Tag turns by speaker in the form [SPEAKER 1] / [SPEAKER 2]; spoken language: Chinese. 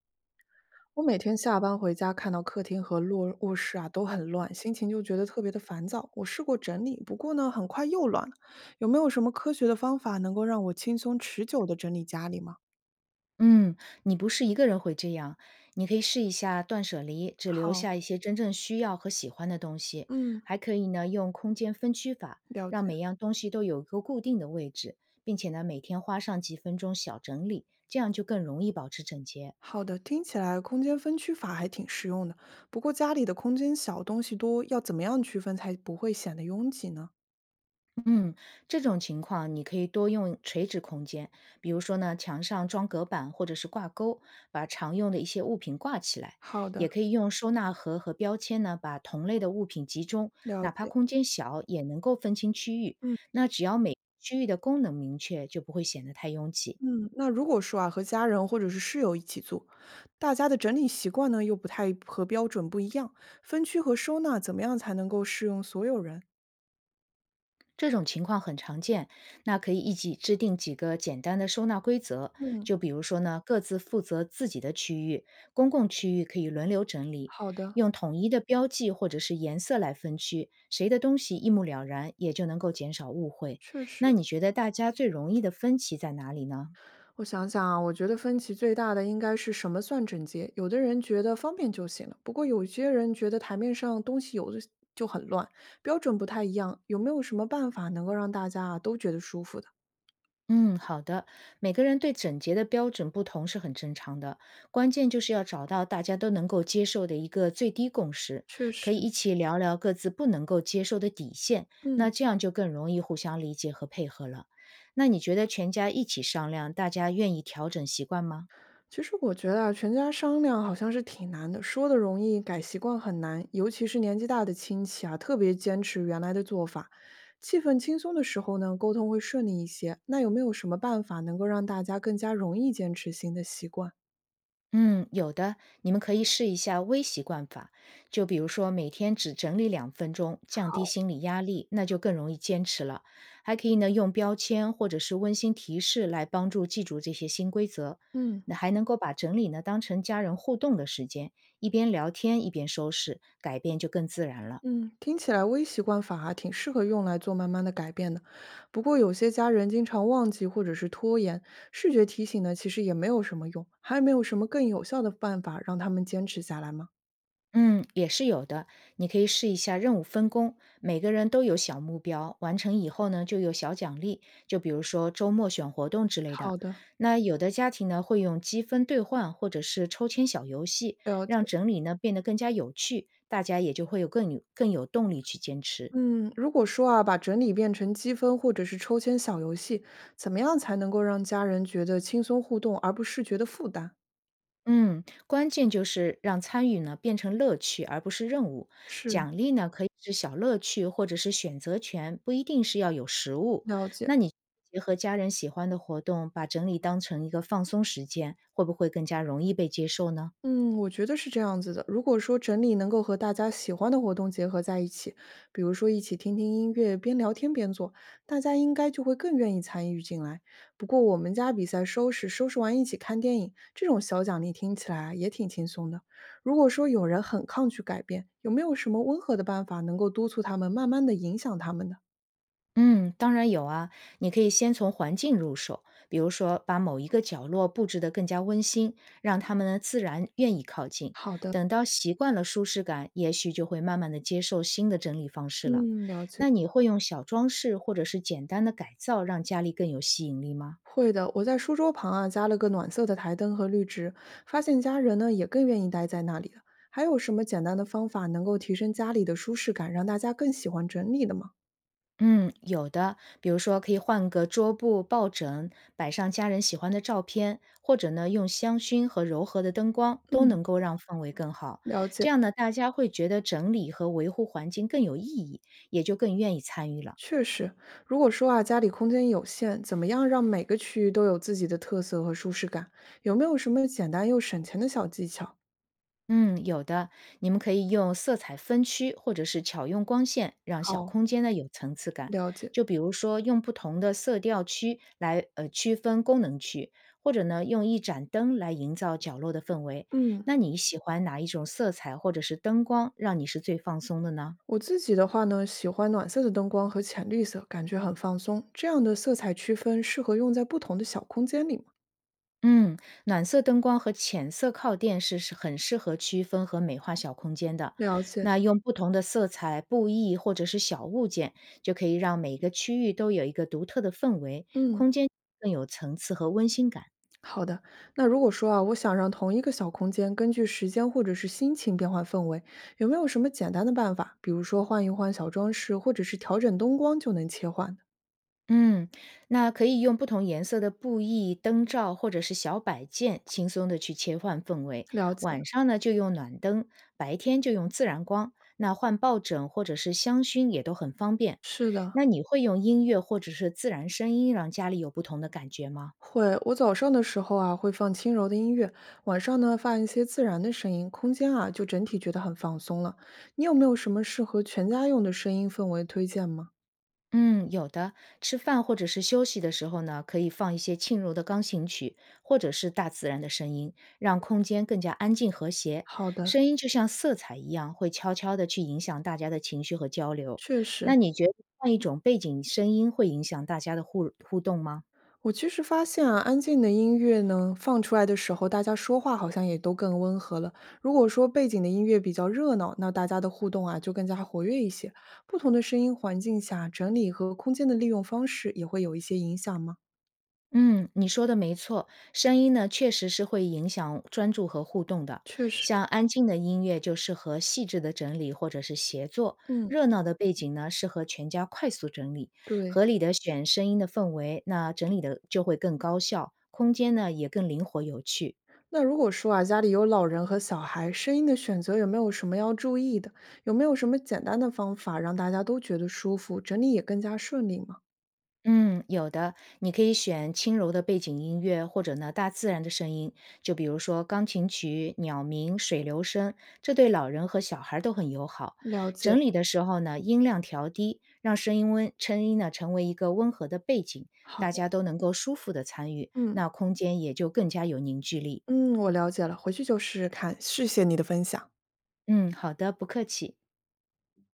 [SPEAKER 1] 我每天下班回家，看到客厅和落卧室啊都很乱，心情就觉得特别的烦躁。我试过整理，不过呢，很快又乱了。有没有什么科学的方法能够让我轻松持久的整理家里吗？
[SPEAKER 2] 嗯，你不是一个人会这样，你可以试一下断舍离，只留
[SPEAKER 1] 好，
[SPEAKER 2] 下一些真正需要和喜欢的东西。
[SPEAKER 1] 嗯，
[SPEAKER 2] 还可以呢，用空间分区法，
[SPEAKER 1] 了
[SPEAKER 2] 让
[SPEAKER 1] 解。
[SPEAKER 2] 每样东西都有一个固定的位置，并且呢，每天花上几分钟小整理，这样就更容易保持整洁。
[SPEAKER 1] 好的，听起来空间分区法还挺实用的。不过家里的空间小，东西多，要怎么样区分才不会显得拥挤呢？
[SPEAKER 2] 嗯，这种情况你可以多用垂直空间，比如说呢，墙上装隔板或者是挂钩，把常用的一些物品挂起来；
[SPEAKER 1] 好
[SPEAKER 2] 也
[SPEAKER 1] 的，
[SPEAKER 2] 可以用收纳盒和标签呢，把同类的物品集中，
[SPEAKER 1] 了
[SPEAKER 2] 哪怕
[SPEAKER 1] 解。
[SPEAKER 2] 空间小，也能够分清区域。
[SPEAKER 1] 嗯。
[SPEAKER 2] 那只要每个区域的功能明确，就不会显得太拥挤。
[SPEAKER 1] 嗯，那如果说啊，和家人或者是室友一起住，大家的整理习惯呢又不太和标准不一样，分区和收纳怎么样才能够适用所有人？
[SPEAKER 2] 这种情况很常见，那可以一起制定几个简单的收纳规则，
[SPEAKER 1] 嗯，
[SPEAKER 2] 就比如说呢，各自负责自己的区域，公共区域可以轮流整理，
[SPEAKER 1] 好的，
[SPEAKER 2] 用统一的标记或者是颜色来分区，谁的东西一目了然，也就能够减少误会。
[SPEAKER 1] 确
[SPEAKER 2] 那
[SPEAKER 1] 实，
[SPEAKER 2] 你觉得大家最容易的分歧在哪里呢？
[SPEAKER 1] 我想想啊，我觉得分歧最大的应该是什么算整洁？有的人觉得方便就行了，不过有些人觉得台面上东西有的就很乱，标准不太一样，有没有什么办法能够让大家啊都觉得舒服的？
[SPEAKER 2] 嗯，好的。每个人对整洁的标准不同是很正常的，关键就是要找到大家都能够接受的一个最低共识，
[SPEAKER 1] 确
[SPEAKER 2] 可
[SPEAKER 1] 实，
[SPEAKER 2] 以一起聊聊各自不能够接受的底线，那
[SPEAKER 1] 嗯。
[SPEAKER 2] 这样就更容易互相理解和配合了。那你觉得全家一起商量，大家愿意调整习惯吗？
[SPEAKER 1] 其实我觉得啊，全家商量好像是挺难的，说的容易，改习惯很难，尤其是年纪大的亲戚啊，特别坚持原来的做法。气氛轻松的时候呢，沟通会顺利一些。那有没有什么办法能够让大家更加容易坚持新的习惯？
[SPEAKER 2] 嗯，有的，你们可以试一下微习惯法，就比如说每天只整理2分钟，降低
[SPEAKER 1] 好，
[SPEAKER 2] 心理压力，那就更容易坚持了。还可以呢，用标签或者是温馨提示来帮助记住这些新规则。
[SPEAKER 1] 嗯
[SPEAKER 2] 那还能够把整理呢当成家人互动的时间，一边聊天一边收拾，改变就更自然了。
[SPEAKER 1] 嗯，听起来微习惯法还挺适合用来做慢慢的改变的。不过有些家人经常忘记或者是拖延，视觉提醒呢，其实也没有什么用。还有没有什么更有效的办法让他们坚持下来吗？
[SPEAKER 2] 嗯，也是有的。你可以试一下任务分工，每个人都有小目标，完成以后呢，就有小奖励，就比如说周末选活动之类的。
[SPEAKER 1] 好的，
[SPEAKER 2] 那有的家庭呢，会用积分兑换或者是抽签小游戏，
[SPEAKER 1] 了解，
[SPEAKER 2] 让整理呢变得更加有趣，大家也就会有更有更有动力去坚持。
[SPEAKER 1] 嗯，如果说啊，把整理变成积分或者是抽签小游戏，怎么样才能够让家人觉得轻松互动，而不是觉得负担？
[SPEAKER 2] 嗯，关键就是让参与呢变成乐趣，而不是任务。
[SPEAKER 1] 是，
[SPEAKER 2] 奖励呢可以是小乐趣，或者是选择权，不一定是要有实物。
[SPEAKER 1] 了解。
[SPEAKER 2] 那你结合家人喜欢的活动，把整理当成一个放松时间，会不会更加容易被接受呢？
[SPEAKER 1] 嗯，我觉得是这样子的。如果说整理能够和大家喜欢的活动结合在一起，比如说一起听听音乐，边聊天边做，大家应该就会更愿意参与进来。不过我们家比赛收拾，收拾完一起看电影，这种小奖励听起来啊也挺轻松的。如果说有人很抗拒改变，有没有什么温和的办法能够督促他们，慢慢的影响他们呢？
[SPEAKER 2] 嗯，当然有啊，你可以先从环境入手，比如说把某一个角落布置得更加温馨，让他们呢自然愿意靠近。
[SPEAKER 1] 好的，
[SPEAKER 2] 等到习惯了舒适感，也许就会慢慢的接受新的整理方式了。
[SPEAKER 1] 嗯，了解。
[SPEAKER 2] 那你会用小装饰或者是简单的改造，让家里更有吸引力吗？
[SPEAKER 1] 会的，我在书桌旁啊加了个暖色的台灯和绿植，发现家人呢也更愿意待在那里了。还有什么简单的方法能够提升家里的舒适感，让大家更喜欢整理的吗？
[SPEAKER 2] 嗯，有的，比如说可以换个桌布、抱枕，摆上家人喜欢的照片，或者呢用香薰和柔和的灯光，都
[SPEAKER 1] 嗯，
[SPEAKER 2] 能够让氛围更好。
[SPEAKER 1] 了解，
[SPEAKER 2] 这样呢，大家会觉得整理和维护环境更有意义，也就更愿意参与了。
[SPEAKER 1] 确实，如果说啊家里空间有限，怎么样让每个区域都有自己的特色和舒适感？有没有什么简单又省钱的小技巧？
[SPEAKER 2] 嗯，有的，你们可以用色彩分区或者是巧用光线，让小
[SPEAKER 1] 好，
[SPEAKER 2] 空间呢有层次感。
[SPEAKER 1] 了解，
[SPEAKER 2] 就比如说用不同的色调区来区分功能区，或者呢用一盏灯来营造角落的氛围。
[SPEAKER 1] 嗯，
[SPEAKER 2] 那你喜欢哪一种色彩或者是灯光，让你是最放松的呢？
[SPEAKER 1] 我自己的话呢，喜欢暖色的灯光和浅绿色，感觉很放松。这样的色彩区分适合用在不同的小空间里吗？
[SPEAKER 2] 嗯，暖色灯光和浅色靠垫是很适合区分和美化小空间的。
[SPEAKER 1] 了解，
[SPEAKER 2] 那用不同的色彩、布艺或者是小物件，就可以让每个区域都有一个独特的氛围，
[SPEAKER 1] 嗯，
[SPEAKER 2] 空间更有层次和温馨感。
[SPEAKER 1] 好的。那如果说啊，我想让同一个小空间根据时间或者是心情变换氛围，有没有什么简单的办法？比如说换一换小装饰，或者是调整灯光就能切换的？
[SPEAKER 2] 嗯，那可以用不同颜色的布艺、灯罩或者是小摆件，轻松的去切换氛围。
[SPEAKER 1] 了解，
[SPEAKER 2] 晚上呢就用暖灯，白天就用自然光。那换抱枕或者是香薰也都很方便。
[SPEAKER 1] 是的，
[SPEAKER 2] 那你会用音乐或者是自然声音让家里有不同的感觉吗？
[SPEAKER 1] 会。我早上的时候啊，会放轻柔的音乐，晚上呢放一些自然的声音，空间啊就整体觉得很放松了。你有没有什么适合全家用的声音氛围推荐吗？
[SPEAKER 2] 嗯，有的。吃饭或者是休息的时候呢，可以放一些轻柔的钢琴曲，或者是大自然的声音，让空间更加安静和谐。
[SPEAKER 1] 好的，
[SPEAKER 2] 声音就像色彩一样，会悄悄地去影响大家的情绪和交流。
[SPEAKER 1] 确实。
[SPEAKER 2] 那你觉得换一种背景声音会影响大家的互动吗？
[SPEAKER 1] 我其实发现啊，安静的音乐呢，放出来的时候，大家说话好像也都更温和了。如果说背景的音乐比较热闹，那大家的互动啊就更加活跃一些。不同的声音环境下，整理和空间的利用方式也会有一些影响吗？
[SPEAKER 2] 嗯，你说的没错，声音呢确实是会影响专注和互动的。
[SPEAKER 1] 确实，
[SPEAKER 2] 像安静的音乐就适合细致的整理或者是协作，
[SPEAKER 1] 嗯，
[SPEAKER 2] 热闹的背景呢适合全家快速整理。
[SPEAKER 1] 对。
[SPEAKER 2] 合理的选声音的氛围，那整理的就会更高效，空间呢也更灵活有趣。
[SPEAKER 1] 那如果说啊，家里有老人和小孩，声音的选择有没有什么要注意的？有没有什么简单的方法让大家都觉得舒服，整理也更加顺利吗？
[SPEAKER 2] 嗯，有的，你可以选轻柔的背景音乐，或者呢大自然的声音，就比如说钢琴曲、鸟鸣、水流声，这对老人和小孩儿都很友好。
[SPEAKER 1] 了解。
[SPEAKER 2] 整理的时候呢，音量调低，让声音温声音呢成为一个温和的背景，
[SPEAKER 1] 好，
[SPEAKER 2] 大家都能够舒服的参与，
[SPEAKER 1] 嗯。
[SPEAKER 2] 那空间也就更加有凝聚力。
[SPEAKER 1] 嗯，我了解了，回去就试试看，谢谢你的分享。
[SPEAKER 2] 嗯，好的，不客气。